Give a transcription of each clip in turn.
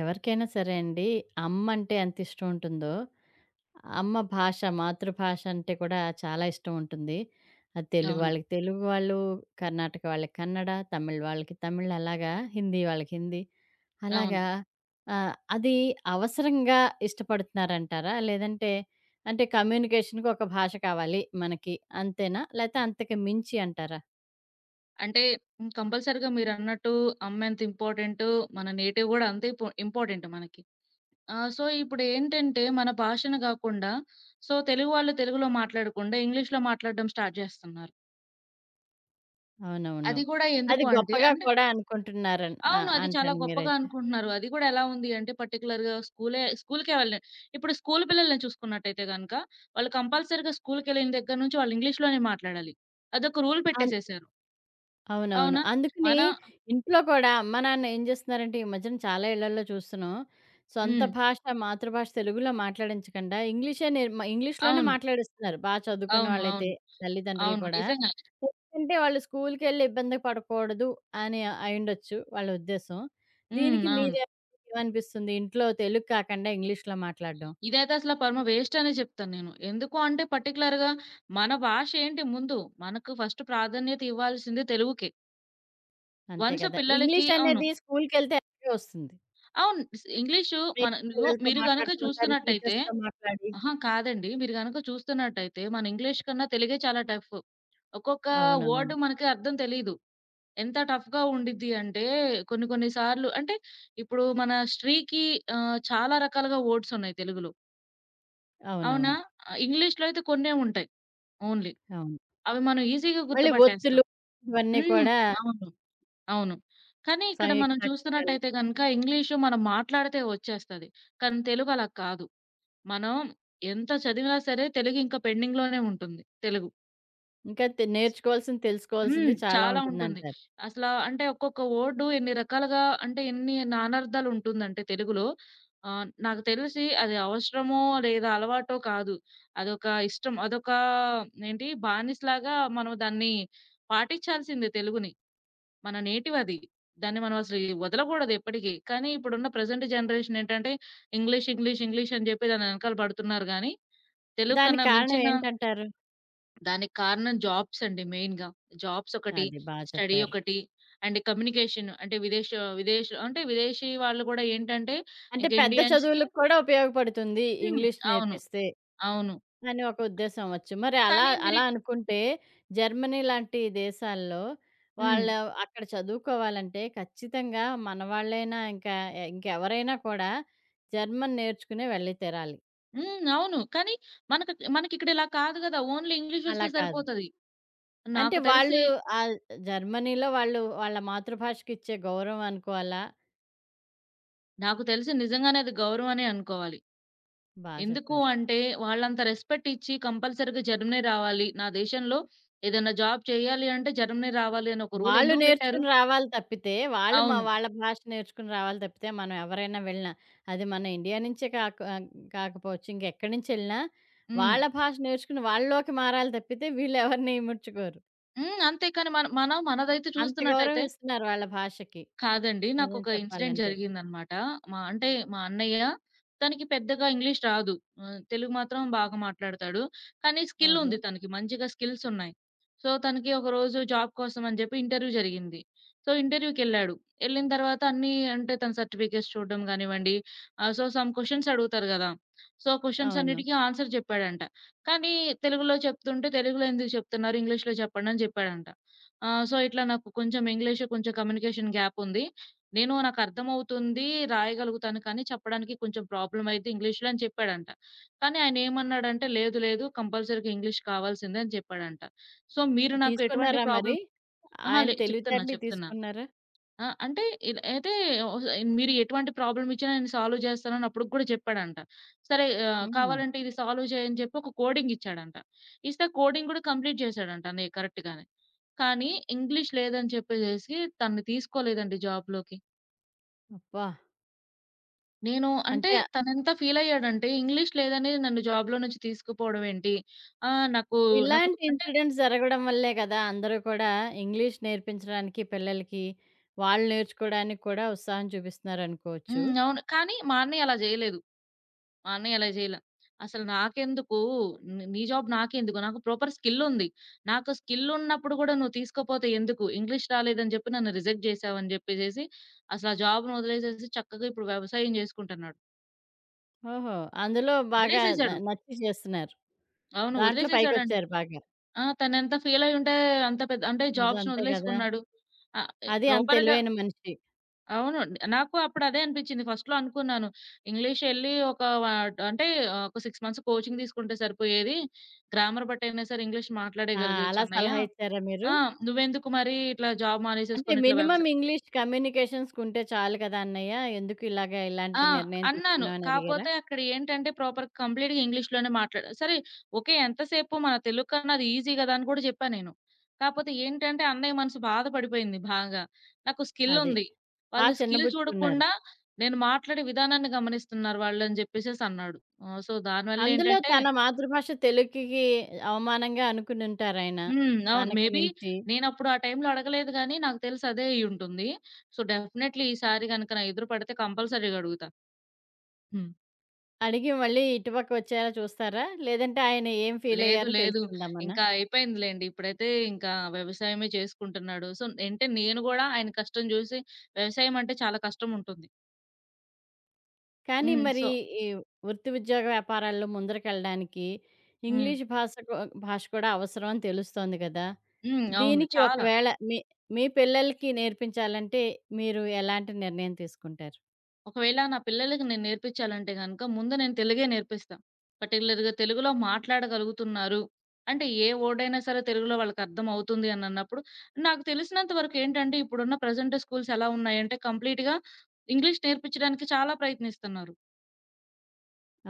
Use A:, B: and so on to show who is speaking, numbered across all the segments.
A: ఎవరికైనా సరే అండి, అమ్మంటే ఎంత ఇష్టం ఉంటుందో, అమ్మ భాష, మాతృభాష అంటే కూడా చాలా ఇష్టం ఉంటుంది. అది తెలుగు
B: అవును.
A: వాళ్ళకి తెలుగు వాళ్ళు, కర్ణాటక వాళ్ళకి కన్నడ, తమిళ్ వాళ్ళకి తమిళ్ అలాగా, హిందీ వాళ్ళకి హిందీ.
B: అవును.
A: అలాగా అది అవసరంగా ఇష్టపడుతున్నారంటారా? లేదంటే అంటే కమ్యూనికేషన్‌కి ఒక భాష కావాలి మనకి అంతేనా? లేతే అంతకు మించి అంటారా?
B: అంటే కంపల్సరీగా మీరన్నట్టు అమ్మెంత ఇంపార్టెంటు, మన నేటివ్ గూడా అంతే ఇంపార్టెంట్ మనకి. సో, ఇప్పుడేంటంటే మన భాషను గాకుండా, సో, తెలుగు వాళ్ళు తెలుగులో మాట్లాడకుండా ఇంగ్లీష్‌లో మాట్లాడడం స్టార్ట్ జేస్తున్నారు.
A: అవునవును.
B: అది గూడా ఎందుకు
A: అది
B: అంటే
A: గొప్పగా
B: అంటే
A: కూడా అనుకుంటున్నారని ఆ!
B: అవును. అది చాలా
A: అంటాను
B: గొప్పగా
A: మీరైతే.
B: అనుకుంటున్నారు. అది గూడా ఎలా ఉంది అంటే పర్టిక్యులర్‌గా స్కూలుకే వెళ్ళే ఇప్పుడు స్కూలు పిల్లల్ని చూసుకున్నట్టయితే గనక, వాళ్ళు కంపల్సరీగా స్కూలుకెళ్ళిన దగ్గర నుంచి వాళ్ళు ఇంగ్లీష్‌లోనే మాట్లాడాలి. అదొక రూల్
A: అన్
B: పెట్టేసేశారు.
A: అవునవును.
B: అవునా?
A: అందుకని
B: మన
A: ఇంట్లో కూడా అమ్మా, నాన్న ఏం చేస్తున్నారంటే ఈ మధ్యన చాలా ఇళ్లల్లో చూస్తున్నాం. సొంత
B: హ్మ్.
A: భాష, మాతృభాష తెలుగులో మాట్లాడించకుండా ఇంగ్లీషే నేర్ మ ఇంగ్లీష్‌లోనే
B: అవును.
A: మాట్లాడిస్తున్నారు. బా చదువుకున్న
B: అవును.
A: వాళ్ళైతే
B: అవును.
A: తల్లిదండ్రులు
B: అవును.
A: కూడా.
B: నిజంగానే.
A: ఎందుకంటే వాళ్ళు స్కూల్‌కెళ్ళి ఇబ్బంది పడకూడదు అని అయుండొచ్చు వాళ్ళ ఉద్దేశం.
B: హ్మ్.
A: దీనికి
B: అవును.
A: మీరే ఏమనిపిస్తుంది? ఇంట్లో తెలుగు కాకుండా ఇంగ్లీష్‌లో మాట్లాడడం.
B: ఇదైతే అసల పరమ వేస్ట్ అనే చెప్తాను నేను. ఎందుకు అంటే పర్టిక్యులర్‌గా మన భాష ఏంటి ముందు, మనకు ఫస్ట్ ప్రాధాన్యత ఇవ్వాల్సింది తెలుగుకే.
A: అంతే
B: వన్స్
A: కదా!
B: పిల్లలకి
A: ఇంగ్లీష్
B: అవును.
A: అనేది స్కూల్‌కెళ్తే అలాగే వస్తుంది.
B: అవును. ఇంగ్లీషు
A: మీ
B: మన ఇదిగో
A: పిల్లలతో
B: మీరు గనక
A: మాట్లాడుతూ ఉంటారు.
B: చూస్తున్నట్టయితే
A: టీచర్స్‌తో మాట్లాడి.
B: అహా! కాదండి. మీరు గనక చూస్తున్నట్టయితే మన ఇంగ్లీష్ కన్నా తెలుగే చాలా టఫ్. ఒక్కొక్క
A: అవునవును.
B: వర్డ్ మనకి అర్థం తెలీదు. ఎంత టఫ్‌గా ఉండిద్ది అంటే కొన్ని కొన్ని సార్లు అంటే ఇప్పుడు మన 'శ్రీకి' చాలా రకాలుగా వర్డ్స్ ఉన్నాయి తెలుగులో. అవునా?
A: అవునవును.
B: ఇంగ్లీష్‌లో అయితే కొన్నే ఉంటాయి ఓన్లీ.
A: అవును.
B: అవి మనం ఈజీగా
A: మళ్ళీ
B: గుర్తుపట్టేస్తాం.
A: ఒత్తులు ఇవన్నీ
B: హ్మ్.
A: కూడా
B: అవును. అవును. కానీ ఇక్కడ మనం
A: సంయుక్తాక్షరాలు.
B: చూస్తున్నట్టయితే గనక ఇంగ్లీషు మనం మాట్లాడితే వచ్చేస్తది. కానీ తెలుగు అలా కాదు. మనం ఎంత చదివినా సరే తెలుగు ఇంకా పెండింగ్‌లోనే ఉంటుంది తెలుగు.
A: ఇంకా నేర్చుకోవాల్సింది,
B: హ్మ్.
A: తెలుసుకోవాల్సింది చాలా
B: చాలా ఉంటుంది.
A: ఉంటుందంటారు.
B: అసలా అంటే ఒక్కొక్క వర్డ్ ఎన్ని రకాలుగా అంటే ఎన్ని నానార్థాలు ఉంటుందంటే తెలుగులో. నాకు తెలిసి అది అవసరమో లేదా అలవాటో కాదు. అదొక ఇష్టం. అదొక ఏంటి బానిసలాగా మనం దాన్ని పాటించాల్సిందే తెలుగుని. మన నేటివ్ అది. దాన్ని మనం అసలు వదలకూడదు ఎప్పటికి. కానీ ఇప్పుడున్న ప్రెజెంట్ జనరేషన్ ఏంటంటే ఇంగ్లీష్, ఇంగ్లీష్, ఇంగ్లీష్ అని చెప్పి దాని వెనకాల పడుతున్నారు గానీ తెలుగు
A: దానికి
B: కన్నా
A: కారణం
B: మించిన
A: ఏంటంటారు?
B: దానికి కారణం జాబ్స్ అండి మెయిన్‌గా. జాబ్స్ ఒకటి,
A: అది బా
B: స్టడీ
A: చెప్పారు.
B: ఒకటి అండ్ కమ్యూనికేషన్ అంటే విదేశ్ అంటే విదేశీ వాళ్ళు గూడా ఏంటంటే
A: అంటే
B: ఇంక
A: పెద్ద
B: ఇండియన్స్‌కి.
A: చదువులకు కూడా ఉపయోగపడుతుంది
B: హ్మ్.
A: ఇంగ్లీష్
B: అవును.
A: నేర్పిస్తే
B: అవును.
A: అని ఒక ఉద్దేశం అవచ్చు. మరి అలా
B: కానీ మీరు
A: అలా అనుకుంటే జర్మనీ లాంటి దేశాల్లో
B: హ్మ్.
A: వాళ్ళు అక్కడ చదువుకోవాలంటే ఖచ్చితంగా మనవాళ్ళైనా ఇంకా ఇంకెవరైనా కూడా జర్మన్ నేర్చుకునే వెళ్ళి తీరాలి.
B: హ్మ్. అవును. కానీ మనకిక్కడ ఇలా కాదు గదా! ఓన్లీ ఇంగ్లీష్
A: అలా
B: ఒస్తే
A: కాదు.
B: సరిపోతది.
A: అంటే
B: నాకు తెలిసి,
A: వాళ్ళు ఆహ్, జర్మనీలో వాళ్ళు వాళ్ళ మాతృభాషకిచ్చే గౌరవం అనుకోవాలా?
B: నాకు తెలిసి నిజంగానే అది గౌరవమనే అనుకోవాలి.
A: బా
B: ఎందుకు
A: చెప్పారు.
B: అంటే వాళ్ళంత రెస్పెక్ట్ ఇచ్చి కంపల్సరీగా జర్మనీ రావాలి. నా దేశంలో ఏదైనా జాబ్ చేయాలి అంటే జర్మనీ రావాలి అని ఒక రూల్
A: వాళ్ళు
B: ఎందుకు పెట్టారు?
A: నేర్చుకుని రావాలి తప్పితే, వాళ్ళు మా
B: అవును.
A: వాళ్ళ భాష నేర్చుకుని రావాలి తప్పితే, మనం ఎవరైనా వెళ్ళినా, అది మన ఇండియా నుంచే కాక కాకపోవచ్చు ఇంకెక్కడి నుంచెళ్ళినా,
B: హ్మ్.
A: వాళ్ళ భాష నేర్చుకుని వాళ్ళలోకి మారాలి తప్పితే, వీళ్ళెవరిని ముడుచుకోరు.
B: హ్మ్. అంతే కానీ మనం మనదైతే
A: అంత గౌరవం
B: చూస్తున్నట్టయితే,
A: ఇస్తున్నారు వాళ్ళ భాషకి
B: కాదండి.
A: నిజం
B: నాకొక ఇన్సిడెంట్
A: చెప్పాలంటే.
B: జరిగిందనమాట. మా అన్నయ్య తనకి పెద్దగా ఇంగ్లీష్ రాదు. తెలుగు మాత్రం బాగా మాట్లాడతాడు. కానీ స్కిల్
A: ఓహో!
B: ఉంది తనకి. మంచిగా స్కిల్స్ ఉన్నాయి. సో, తనకి ఒకరోజు జాబ్ కోసం అని జెప్పి ఇంటర్వ్యూ జరిగింది. సో, ఇంటర్వ్యూకెళ్ళాడు. ఎళ్ళిన తర్వాత అన్నీ అంటే తన సర్టిఫికేట్స్ చూడడం గానివ్వండి, సో, సమ్ క్వెషన్స్ అడుగుతారు గదా! సో, క్వెషన్స్
A: అవును.
B: అన్నిటికి ఆన్సర్ జెప్పాడంట. కానీ తెలుగులో చెప్తుంటే తెలుగులో ఎందుకు చెప్తున్నారు? ఇంగ్లీష్‌లో చెప్పండి అని జెప్పాడంట. ఆ! సో, ఇట్లా నాకు కొంచెం ఇంగ్లీషు, కొంచెం కమ్యూనికేషన్ గ్యాప్ ఉంది. నాకర్థమవుతుంది, రాయగలుగుతాను కానీ చెప్పడానికి కొంచెం ప్రాబ్లమ్ అయిద్ది ఇంగ్లీష్‌లో అని చెప్పాడంట. కానీ ఆయనేమన్నాడంటే, "లేదు, లేదు కంపల్సరీగా ఇంగ్లీష్ కావాల్సిందే" అని చెప్పాడంట. సో, మీరు నాకు ఎటువంటి
A: తీసుకున్నారా మరి?
B: ప్రాబ్లమ్ అహా!
A: ఆయన
B: చెప్తున్నా,
A: తెలివితేటలకి
B: చెప్తున్నా.
A: తీసుకున్నారా?
B: ఆ! అంటే ఇలా అయితే ఒస్ మీరు ఎటువంటి ప్రాబ్లమ్ ఇచ్చినా నేను సాల్వ్ చేస్తానని అప్పటికి కూడా చెప్పాడంట. సరే
A: హుహు.
B: కావాలంటే ఇది సాల్వ్ చేయి అని చెప్పి ఒక కోడింగ్ ఇచ్చాడంట. ఇస్తే కోడింగ్ కూడా కంప్లీట్ చేశాడంట కరెక్ట్‌గానే. కానీ ఇంగ్లీష్ లేదని చెప్పేసేసి తనని తీసుకోలేదండి జాబ్‌లోకి.
A: అబ్బా!
B: నేను అంటే
A: అంటే
B: తనెంత ఫీల్ అయ్యాడంటే ఇంగ్లీష్ లేదని నన్ను జాబ్‌లో నుంచి తీసుకుపోవడం ఏంటి? ఆహ్, నాకు నాకు
A: ఇలాంటి
B: అంటే
A: ఇన్సిడెంట్స్ జరగడం వల్లే గదా! అందరూ కూడా ఇంగ్లీష్ నేర్పించడానికి పిల్లలకి, వాళ్ళు నేర్చుకోవడానికి కూడా ఉత్సాహం చూపిస్తున్నారనుకోవచ్చు.
B: హ్మ్. అవును. కానీ మా అన్నయ్య అలా చేయలేదు. మా అన్నయ్య అలా జేయలా. అసలు నాకెందుకు నీ నీ జాబ్ నాకెందుకు? నాకు ప్రాపర్ స్కిల్లుంది. నాకు స్కిల్లున్నప్పుడు గూడా నువ్వు తీసుకోపోతే ఎందుకు? ఇంగ్లీష్ రాలేదని జెప్పి నన్ను రిజెక్ట్ జేశావని జెప్పేసేసి అసలు ఆ జాబ్‌ని వదిలేసేసి చక్కగా ఇప్పుడు వ్యవసాయం జేసుకుంటున్నాడు.
A: ఓహో! అందులో బాగా
B: వదిలేసేసాడు.
A: నచ్చి చేస్తున్నారు.
B: అవును.
A: దాంట్లో
B: వదిలేసేసాడండి.
A: పైకొచ్చారు బాగా.
B: ఆ! తనెంత ఫీలయ్యుంటే అంత పెద్ద అంటే
A: నిజం
B: జాబ్స్‌ని
A: అంతే గదా!
B: వదిలేసుకున్నాడు. ఆహ్, ఎ
A: అది అంత
B: ప్రాపర్‌గా
A: తెలివైన మనిషి.
B: అవును. నాకు అప్పుడు అదే అనిపించింది. ఫస్ట్‌లో అనుకున్నాను. ఇంగ్లీష్ ఎళ్లి ఒక వ అంటే ఒక 6 మంత్స్ కోచింగ్ తీసుకుంటే సరిపోయేది. గ్రామర్ బట్టయినా సరే ఇంగ్లీష్
A: ఆ!
B: మాట్లాడగలిగేయొచ్చు
A: అలా
B: అన్నయ్య.
A: సలహా ఇచ్చారా మీరు?
B: ఆ! నువ్వెందుకు మరి ఇట్లా జాబ్
A: అంటే
B: మానేసేసుకొని ఇట్లా
A: మినిమమ్
B: వ్యవసా
A: ఇంగ్లీష్ కమ్యూనికేషన్స్‌కుంటే చాలు కదా అన్నయ్య! ఎందుకు ఇలాగ
B: ఆ!
A: ఇలాంటి నిర్ణయం
B: అన్నాను.
A: తీసుకున్నావు అని అడిగారా?
B: కాపోతే అక్కడ ఏంటంటే ప్రాపర్ కంప్లీట్‌గా ఇంగ్లీష్‌లోనే మాట్లాడా సరే ఓకే. ఎంతసేపు మన తెలుగు కన్నా అది ఈజీ గదా! అని కూడా జెప్పా నేను. కాపోతే ఏంటంటే అన్నయ్య మనసు బాధపడిపోయింది బాగా. నాకు స్కిల్
A: అదే.
B: ఉంది.
A: బా
B: వాళ్ళు స్కిల్
A: చిన్నబుచ్చుకున్నారు.
B: చూడకుండా నేను మాట్లాడే విధానాన్ని గమనిస్తున్నారు వాళ్ళని జెప్పేసేసి అన్నాడు. సో, దానివల్ల
A: అందులో
B: ఏంటంటే
A: తన మాతృభాష తెలుగుకి అవమానంగా అనుకునుంటారాయన.
B: హ్మ్. అవును.
A: తనకు
B: మేబీ
A: మించి.
B: నేనప్పుడు ఆ టైంలో అడగలేదు గానీ నాకు తెలిసి అదే అయ్యుంటుంది. సో, డెఫినైట్‌లీ ఈసారి గనుక నా ఎదురు పడితే కంపల్సరీ‌గా అడుగుతా. హ్మ్.
A: అడిగి మళ్ళీ ఇటుపక్క వచ్చేలా చూస్తారా? లేదంటే ఆయన ఏం
B: లేదు.
A: ఫీలయ్యారో
B: లేదు.
A: తెలుసుకుందామనా?
B: ఇంకా అయిపోయిందిలెండి. ఇప్పుడైతే ఇంకా వ్యవసాయమే చేసుకుంటున్నాడు. సో, అంటే నేను గూడా ఆయన కష్టం జూసి వ్యవసాయం అంటే చాలా కష్టముంటుంది.
A: కానీ
B: హ్మ్.
A: మరి
B: సో
A: ఈ వృత్తి, ఉద్యోగ వ్యాపారాల్లో ముందరకెళ్ళడానికి
B: హ్మ్.
A: ఇంగ్లీష్ భాష కూడా అవసరం అని తెలుస్తోంది కదా!
B: హ్మ్. అవును.
A: దీనికి
B: చాలా.
A: ఒకవేళ మీ మీ పిల్లలకి నేర్పించాలంటే మీరు ఎలాంటి నిర్ణయం తీసుకుంటారు?
B: ఒకవేళ నా పిల్లలకి నేను నేర్పించాలంటే గనక ముందు నేను తెలుగే నేర్పిస్తా. పర్టిక్యులర్‌గా తెలుగులో మాట్లాడగలుగుతున్నారు. అంటే ఏ వర్డయినా సరే తెలుగులో వాళ్ళకర్థమవుతుంది అనన్నప్పుడు, నాకు తెలిసినంత వరకేంటంటే ఇప్పుడున్న ప్రెజెంట్ స్కూల్స్ ఎలా ఉన్నాయంటే కంప్లీట్‌గా ఇంగ్లీష్ నేర్పించడానికి చాలా ప్రయత్నిస్తున్నారు.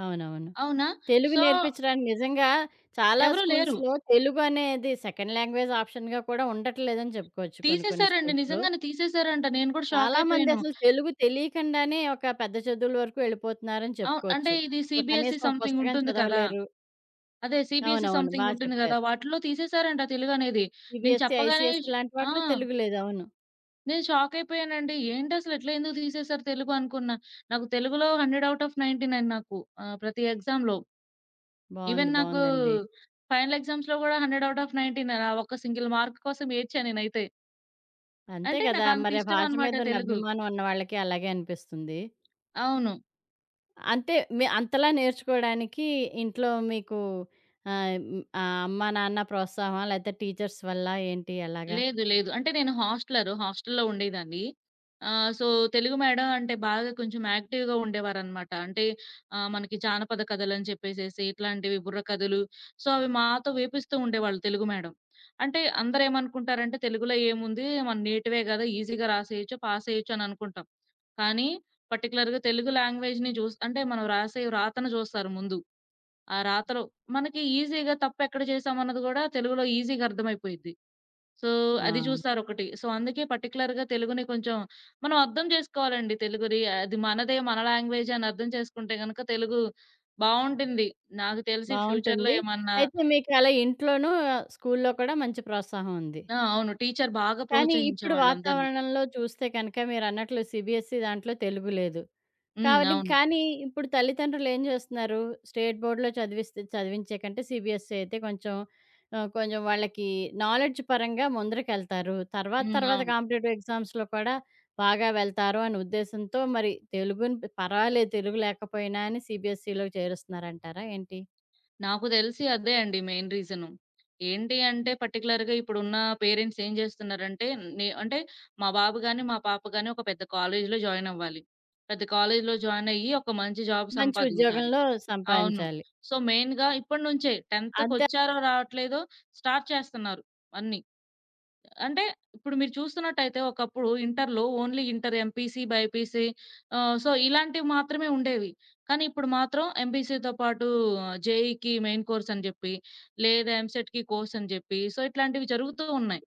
A: అవునవును.
B: అవునా?
A: తెలుగు
B: సో
A: నేర్పించడానికి నిజంగా చాలా
B: ఎవరు లేరు.
A: స్కూల్స్‌లో తెలుగు అనేది సెకండ్ లాంగ్వేజ్ ఆప్షన్‌గా కూడా ఉండట్లేదని చెప్పుకోవచ్చు కొన్ని కొన్ని
B: తీసేసారండి.
A: స్కూల్స్‌లో.
B: నిజంగానే తీసేసారంట. నేను కూడా షాక్
A: చాలామంది
B: అయిపోయాను.
A: అసలు తెలుగు తెలియకుండానే ఒక పెద్ద చదువుల వరకు వెళ్ళిపోతున్నారని
B: అవును. అంటే
A: చెప్పుకోవచ్చు.
B: ఇది
A: ఓ
B: సీబీఎస్‌ఈ
A: కనీసం ఒక
B: సంథింగ్
A: పుస్తకం
B: ఉంటుంది కదా!
A: చదవలేరు.
B: అదే సీబీఎస్‌ఈ
A: అవునవును. బా
B: సంథింగ్ ఉంటుంది గదా!
A: చెప్పారు.
B: వాటిలో తీసేసారంట తెలుగు అనేది. నేను
A: సీబీఎస్‌సి,
B: చెప్పగానే
A: ఐసీఎస్‌సి
B: ష్
A: లాంటి
B: ఆ!
A: వాటిలో తెలుగు లేదు. అవును.
B: నేను షాక్ అయిపోయానండి. ఏంటసలు ఇట్లా ఎందుకు తీసేసారు తెలుగు అనుకున్నా. నాకు తెలుగులో 100/99 నాకు. ప్రతి ఎగ్జామ్‌లో. ఈవెన్
A: బావుంది.
B: నాకు
A: బావుందండి.
B: ఫైనల్ ఎగ్జామ్స్‌లో గూడా 100/99 ఆ ఒక్క సింగిల్ మార్క్ కోసం ఏడ్చా నేనైతే.
A: అంతే
B: అంటే
A: కదా!
B: నాకు అంత
A: మరి ఆ
B: ఇష్టం
A: భాష
B: అన్నమాట
A: మీద ఉన్న
B: తెలుగు.
A: అభిమానం ఉన్న వాళ్ళకి అలాగే అనిపిస్తుంది.
B: అవును.
A: అంతే మీ అంతలా నేర్చుకోడానికి ఇంట్లో మీకు అమ్మా, నాన్న ప్రోత్సాహమా? లేతే టీచర్స్ వల్ల ఏంటి ఎలాగా?
B: లేదు. లేదు. అంటే నేను హాస్టలరు. హాస్టల్‌లో ఉండేదాన్ని. సో, తెలుగు మేడం అంటే బాగా కొంచెం యాక్టివ్‌గా ఉండేవారనమాట. అంటే మనకి జానపద కథలని చెప్పేసేసి ఇట్లాంటివి బుర్ర కథలు. సో, అవి మాతో వేపిస్తూ ఉండేవాళ్ళు తెలుగు మేడం. అంటే అందరేమనుకుంటారంటే తెలుగులో ఏముంది మన నేటివే గదా! ఈజీగా రాసేయొచ్చు, పాస్ అయ్యొచ్చు అని అనుకుంటాం. కానీ పర్టిక్యులర్‌గా తెలుగు లాంగ్వేజ్‌ని చూస్ అంటే మనం రాసే రాతను చూస్తారు ముందు. ఆ రాతలో మనకి ఈజీగా తప్పెక్కడ చేశామన్నది గూడా తెలుగులో ఈజీగా అర్థమైపోయిద్ది. సో,
A: ఆ!
B: అది చూసారొకటి. సో, అందుకే పర్టిక్యులర్‌గా తెలుగుని కొంచెం మనం అర్థం జేసుకోవాలండి తెలుగుది. అది మనదే, మన లాంగ్వేజే అని అర్థం చేసుకుంటే గనక తెలుగు బావుంటుంది. నాకు తెలిసి ఫ్యూచర్‌లో
A: బావుంటుంది.
B: ఏమన్నా
A: అయితే మీకు అలా ఇంట్లోనూ, స్కూల్లో కూడా మంచి ప్రోత్సాహం ఉంది.
B: ఆ! అవును. టీచర్ బాగా
A: కానీ ఇప్పుడు
B: ప్రోత్సహించేవాళ్ళందరిని.
A: వాతావరణంలో చూస్తే కనుక మీరన్నట్లు సీబీఎస్‌ఈ దాంట్లో తెలుగు లేదు.
B: హ్మ్.
A: కావని
B: అవును.
A: కానీ ఇప్పుడు తల్లిదండ్రులేం జేస్తున్నారు, స్టేట్ బోర్డ్‌లో చదివిస్తే చదివించే కంటే సీబీఎస్‌ఈ అయితే కొంచెం కొంచెం వాళ్ళకి నాలెడ్జ్ పరంగా ముందరకెళ్తారు. తర్వాత
B: హ్మ్.
A: తర్వాత
B: అవును.
A: కాంపిటేటివ్ ఎగ్జామ్స్‌లో కూడా బాగా వెళ్తారు అనే ఉద్దేశంతో మరి తెలుగుని పర్వాలేదు తెలుగు లేకపోయినా అని సీబీఎస్‌ఈలోకి చేరుస్తున్నారంటారా ఏంటి?
B: నాకు తెలిసి అదే అండి మెయిన్ రీజను. ఏంటి అంటే పర్టిక్యులర్‌గా ఇప్పుడున్న పేరెంట్స్ ఏం జేస్తున్నారంటే నే అంటే మా బాబు గాని, మా పాప గాని ఒక పెద్ద కాలేజీలో జాయిన్ అవ్వాలి. పెద్ద కాలేజీలో జాయిన్ అయ్యి ఒక మంచి జాబ్
A: మంచి
B: సంపాదించాలి.
A: ఉద్యోగంలో
B: అవును.
A: సంపాదించాలి.
B: సో, మెయిన్‌గా ఇప్పటినుంచే
A: అద్దా
B: 10థ్‌కొచ్చారో రావట్లేదో స్టార్ట్ చేస్తున్నారు అన్నీ. అంటే ఇప్పుడు మీరు చూస్తున్నట్టయితే ఒకప్పుడు ఇంటర్‌లో only inter MPC, BiPC so, ఇలాంటివి మాత్రమే ఉండేవి. కానీ ఇప్పుడు మాత్రం ఎంపీసీతో పాటు జేఈకి మెయిన్ కోర్స్ అని జెప్పి, లేదా ఎంసెట్‌కి కోర్స్ అని జెప్పి, సో, ఇట్లాంటివి జరుగుతూ ఉన్నాయి.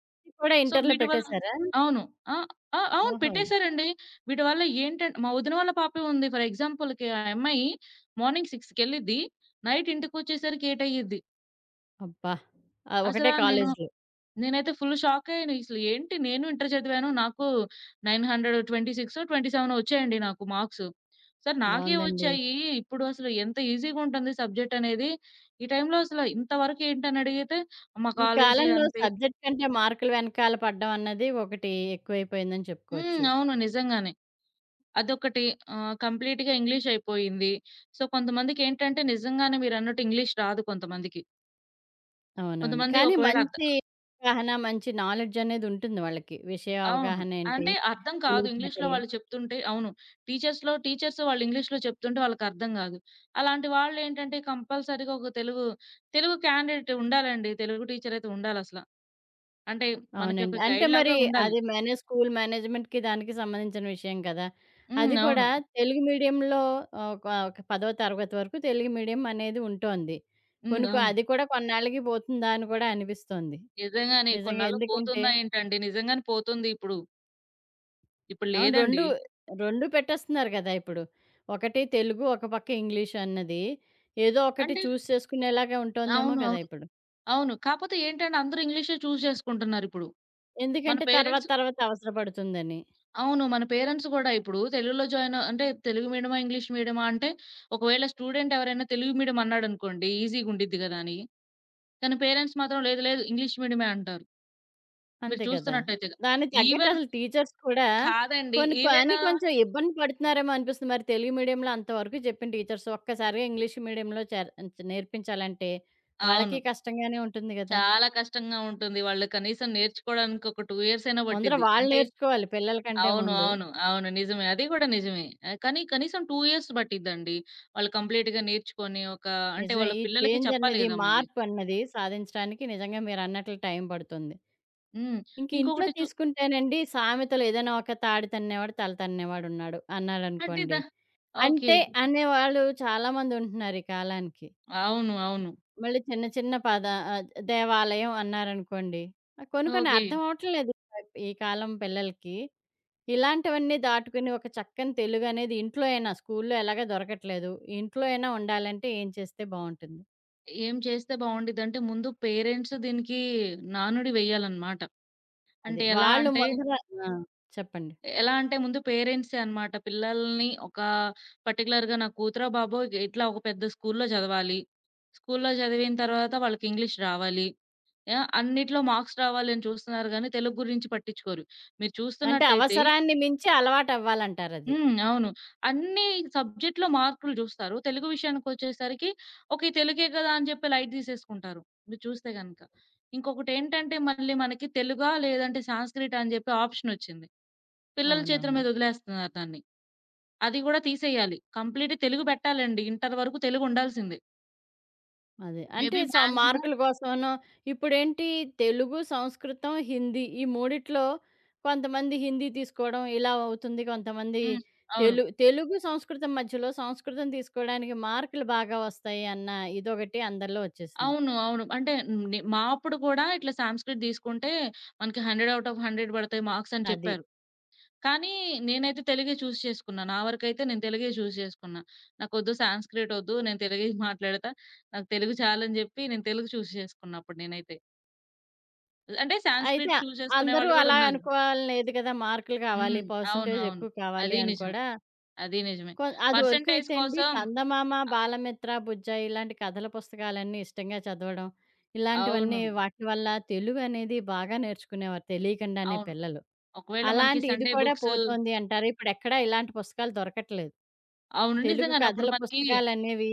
A: కూడా
B: సో,
A: ఇంటర్‌లో
B: వీటి వల్ల
A: పెట్టేసారా?
B: అవును. ఆ! ఆ! అవును.
A: ఓహో!
B: పెట్టేశారండి. వీటి వల్ల ఏంటంటే మా వదిన వాళ్ళ పాపే ఉంది. ఫర్ ఎగ్జాంపుల్‌కి ఆ అమ్మాయి మార్నింగ్ 6 కెళ్ళిద్ది. నైట్ ఇంటికొచ్చేసరికి 8 అయ్యిద్ది.
A: అబ్బా! ఒకటే
B: అసలా నేను
A: కాలేజీలో
B: నేనైతే ఫుల్ షాక్ అయ్యాను. ఇసలు ఏంటి నేను ఇంటర్ చదివాను. నాకు 926 27 వచ్చాయండి నాకు మార్క్స్. సార్ నాకే
A: బావుందండి.
B: వచ్చాయి. ఇప్పుడు అసలు ఎంత ఈజీగా ఉంటుంది సబ్జెక్ట్ అనేది. ఈ టైంలో అసలు ఇంతవరకు ఏంటని అడిగితే మా
A: ఈ
B: కాలేజీ
A: కాలంలో
B: అంతే
A: సబ్జెక్ట్ కంటే మార్కులు వెనకాల పడడం అన్నది ఒకటి ఎక్కువైపోయిందని
B: హ్మ్.
A: చెప్పుకోవచ్చు.
B: అవును. నిజంగానే. అదొకటి. కంప్లీట్‌గా ఇంగ్లీష్ అయిపోయింది. సో, కొంతమందికేంటంటే నిజంగానే మీరన్నట్టు ఇంగ్లీష్ రాదు కొంతమందికి.
A: అవునవును.
B: కొంతమంది
A: కానీ
B: ఒకవేళ అర్థ
A: మంచి అవగాహన, మంచి నాలెడ్జ్ అనేది ఉంటుంది వాళ్ళకి. విషయ
B: అవును.
A: అవగాహన ఏంటి,
B: అంటే అర్థం కాదు. ఇంగ్లీష్‌లో
A: తెలివితేటలు.
B: వాళ్ళు చెప్తుంటే అవును. టీచర్స్ వాళ్ళు ఇంగ్లీష్‌లో చెప్తుంటే వాళ్ళకర్థం గాదు. అలాంటి వాళ్ళేంటంటే కంపల్సరీగా తెలుగు క్యాండిడేట్ ఉండాలండి. తెలుగు టీచరయితే ఉండాలసల. అంటే మనకి
A: అవునండి.
B: ఒక
A: అంటే మరి
B: గైడ్‌లాగా ఉండాలి.
A: అది స్కూల్ మేనేజ్‌మెంట్‌కి దానికి సంబంధించిన విషయం కదా!
B: హ్మ్.
A: అది
B: అవును.
A: కూడా తెలుగు మీడియంలో ఒక ఒక 10వ తరగతి వరకు తెలుగు మీడియం అనేది ఉంటోంది.
B: హ్మ్. అవును.
A: అది కూడా కొన్నాళ్ళకి పోతుందా అని కూడా అనిపిస్తోంది.
B: నిజంగానే
A: నిజంగా
B: కొన్నాళ్ళు
A: ఎందుకంటే
B: పోతుందా ఏంటండి? నిజంగానే పోతుంది ఇప్పుడు. ఇప్పుడు
A: అవును.
B: లేదండి.
A: 2 పెట్టేస్తున్నారు గదా! ఇప్పుడు. ఒకటి తెలుగు, ఒక పక్క ఇంగ్లీష్ అన్నది. ఏదో ఒకటి
B: అంటే
A: చూస్ చేసుకునేలాగా ఉంటోందేమో
B: అవును.
A: కదా!
B: అవును.
A: ఇప్పుడు.
B: అవును. కాపోతే ఏంటంటే అందరూ ఇంగ్లీషే చూజ్ చేసుకుంటున్నారిప్పుడు. మన
A: ఎందుకంటే తర్వాత
B: పేరెంట్స్
A: తర్వాత అవసరపడుతుందని.
B: అవును. మన పేరెంట్స్ గూడా ఇప్పుడు తెలుగులో జాయిన్ అంటే తెలుగు మీడియమా? ఇంగ్లీష్ మీడియమా? అంటే ఒకవేళ స్టూడెంట్ ఎవరైనా తెలుగు మీడియం అన్నాడనుకోండి ఈజీగుండిద్ది గదా! అని. కానీ పేరెంట్స్ మాత్రం లేదు లేదు ఇంగ్లీష్ మీడియమే అంటారు. మీరు
A: అంతే కదా!
B: చూస్తున్నట్టయితే.
A: దానికి తగ్గట్టు
B: ఈవెన్
A: అసలు టీచర్స్ కూడా
B: కాదండి.
A: కొన్ని
B: ఈవెన్
A: కానీ కొంచెం ఇబ్బంది పడుతున్నారేమో అనిపిస్తుంది. మరి తెలుగు మీడియంలో అంతవరకు చెప్పిన టీచర్స్ ఒక్కసారిగా ఇంగ్లీష్ మీడియంలో నేర్పించాలంటే
B: అవును.
A: వాళ్ళకి కష్టంగానే ఉంటుంది గదా!
B: చాలా కష్టంగా ఉంటుంది. వాళ్ళు కనీసం నేర్చుకోవడానికి ఒక 2 ఇయర్స్ అయినా
A: ముందర
B: పట్టిద్ది.
A: వాళ్ళు
B: అంటే
A: నేర్చుకోవాలి పిల్లల కంటే
B: అవును.
A: ముందు.
B: అవును. అవును. నిజమే. అది గూడా నిజమే. కానీ కనీసం 2 ఇయర్స్ పట్టిద్దండి. వాళ్ళు కంప్లీట్‌గా నేర్చుకొని ఒక అంటే
A: నిజమే.
B: వాళ్ళ
A: ఈ
B: పిల్లలకి
A: చేంజ్
B: చెప్పాలి
A: అన్నది,
B: గదా! మళ్ళీ.
A: మార్పన్నది సాధించడానికి నిజంగా మీరన్నట్లు టైం పడుతుంది.
B: హ్మ్.
A: ఇంక ఇంట్లో
B: ఇంకొకటి చు
A: తీసుకుంటేనండి సామెతలు ఏదైనా ఒక తాడి తన్నేవాడు, తల తన్నేవాడున్నాడు
B: అంటే దా
A: అన్నారనుకోండి.
B: ఓకే.
A: అంటే అనేవాళ్ళు చాలామంది ఉంటున్నారు ఈ కాలానికి.
B: అవును. అవును.
A: మళ్ళీ చిన్న చిన్న ఆహ్, దేవాలయం అన్నారనుకోండి. ఆ కొన్ని కొన్ని
B: ఓకే.
A: అర్థం అవ్వట్లేదు ఈ కాలం పిల్లలకి. ఇలాంటివన్నీ దాటుకుని ఒక చక్కని తెలుగనేది ఇంట్లో అయినా, స్కూల్లో ఎలాగా దొరకట్లేదు. ఇంట్లో అయినా ఉండాలంటే ఏం చేస్తే బావుంటుంది?
B: ఏం చేస్తే బావుండిద్దంటే ముందు పేరెంట్స్ దీనికి నానుడి వెయ్యాలన్నమాట.
A: అది.
B: అంటే ఎలా
A: వాళ్ళు
B: అంటే
A: ముందర ఆ! చెప్పండి.
B: ఎలా అంటే ముందు పేరెంట్సే అన్నమాట. పిల్లల్ని ఒక పర్టిక్యులర్‌గా నా కూతురో, బాబో ఇట్లా ఒక పెద్ద స్కూల్‌లో చదవాలి. స్కూల్‌లో చదివిన తర్వాత వాళ్ళకి ఇంగ్లీష్ రావాలి. ఆ! అన్నిట్లో మార్క్స్ రావాలని చూస్తున్నారు గానీ, తెలుగు గురించి పట్టించుకోరు. మీరు
A: అంటే
B: చూస్తున్నట్టయితే
A: అవసరాన్ని మించి అలవాటవ్వాలంటారది.
B: హ్మ్. అవును. అన్ని సబ్జెక్ట్‌లో మార్కులు చూస్తారు. తెలుగు విషయానికొచ్చేసరికి ఓకే. తెలుగే కదా! అని చెప్పి లైట్ తీసేసుకుంటారు. మీరు చూస్తే గనక. ఇంకొకటేంటంటే మళ్ళీ మనకి తెలుగా లేదంటే సాంస్క్రిటా అని చెప్పి ఆప్షనొచ్చింది. పిల్లల చేతుల
A: అవునవును.
B: మీద వదిలేస్తున్నారు దాన్ని. అది గూడా తీసేయాలి. కంప్లీట్ తెలుగు పెట్టాలండి. ఇంటర్ వరకు తెలుగుండాల్సిందే.
A: అదే. అంటే
B: మేబీ మాక్సిమం
A: మార్కుల కోసమనో ఇప్పుడేంటి తెలుగు, సంస్కృతం, హిందీ ఈ మూడిట్లో కొంతమంది హిందీ తీసుకోవడం ఇలా అవుతుంది. కొంతమంది
B: హ్మ్. అవును.
A: తెలుగు, సంస్కృతం మధ్యలో సంస్కృతం తీసుకోవడానికి మార్కులు బాగా వస్తాయి అన్న ఇదొకటి అందరిలో వచ్చేసింది.
B: అవును. అవును. అంటే హ్మ్. ని మా అప్పుడు కూడా ఇట్లా సాంస్క్రిట్ తీసుకుంటే మనకి 100 ఔట్ ఆఫ్ 100 పడతాయి మార్క్స్ అని
A: అది.
B: చెప్పారు. కానీ నేనైతే తెలుగే చూస్ చేసుకున్నా. నా వరకైతే నేను తెలుగే చూస్ చేసుకున్నా. నాకొద్దు సాంస్క్రిట్ ఒద్దు. నేను తెలుగే మాట్లాడతా. నాకు తెలుగు చాలని చెప్పి నేను తెలుగు చూస్ చేసుకున్నా అప్పుడు నేనైతే. అంటే
A: అయితే
B: సాంస్క్రిట్ చూస్ చేసుకునే
A: అందరూ
B: వాళ్ళు కూడా
A: అలా
B: ఉన్నారు.
A: అనుకోవాలని లేదు కదా! మార్కులు కావాలి,
B: హ్మ్. అవును.
A: పర్సెంటేజ్
B: అవును.
A: ఎక్కువ కావాలి
B: అది
A: అని
B: నిజమే.
A: కూడా
B: అది నిజమే.
A: అది
B: పర్సెంటేజ్
A: వరకైతే అండి
B: కోసం
A: చందమామ,
B: అ
A: బాలమిత్ర, బుజ్జాయి ఇలాంటి కథల పుస్తకాలన్నీ ఇష్టంగా చదవడం.
B: అవును.
A: ఇలాంటివన్నీ వాటి వల్ల తెలుగనేది బాగా నేర్చుకునేవారు తెలియకుండానే
B: అవును.
A: పిల్లలు.
B: ఒకవేళ మనకి
A: అలాంటి ఇది
B: సండే
A: కూడా
B: బుక్స్
A: పోతోంది అంటారు. ఇప్పుడెక్కడా ఇలాంటి పుస్తకాలు దొరకట్లేదు.
B: అవును.
A: తెలుగు
B: నిజంగానే అప్పుడు
A: కథల
B: మనకి
A: పుస్తకాలనేవి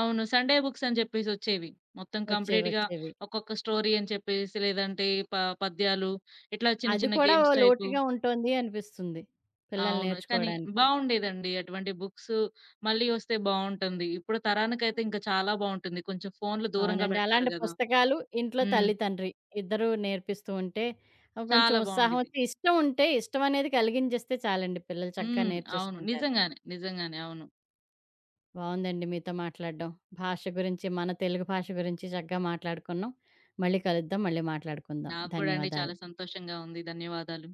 B: అవును. సండే బుక్స్ అని జెప్పేసొచ్చేవి. మొత్తం
A: వచ్చేవి,
B: కంప్లీట్‌గా
A: వచ్చేవి.
B: ఒక్కొక్క స్టోరీ అని చెప్పేసి, లేదంటే ప పద్యాలు ఇట్లా చిన్న
A: అది
B: చిన్న
A: కూడా ఓ
B: గేమ్స్ టైపు.
A: లోటుగా ఉంటోంది అనిపిస్తుంది పిల్లలు
B: అవును. కానీ
A: నేర్చుకోవడానికి.
B: బావుండేదండి. అటువంటి బుక్స్ మళ్ళీ ఒస్తే బావుంటుంది. ఇప్పుడు తరానికైతే ఇంకా చాలా బావుంటుంది. కొంచెం ఫోన్లు దూరంగా
A: అవునండి.
B: బెడతారు
A: అలాంటి
B: గదా!
A: పుస్తకాలు, ఇంట్లో
B: హ్మ్.
A: తల్లి, తండ్రి ఇద్దరూ నేర్పిస్తూ ఉంటే కొంచెం
B: చాలా
A: ఉత్సాహం
B: బావుండిద్ది.
A: వచ్చి ఇష్టం ఉంటే ఇష్టం అనేది కలిగించేస్తే చాలండి పిల్లలు చక్కగా
B: హ్మ్. అవును.
A: నేర్చేసుకుంటారు.
B: నిజంగానే. నిజంగానే. అవును.
A: బావుందండి మీతో మాట్లాడడం. భాష గురించి, మన తెలుగు భాష గురించి చక్కగా మాట్లాడుకున్నాం. మళ్ళీ కలుద్దాం. మళ్ళీ మాట్లాడుకుందాం.
B: నాకు గూడా అండి
A: ధన్యవాదాలు.
B: చాలా సంతోషంగా ఉంది. ధన్యవాదాలు.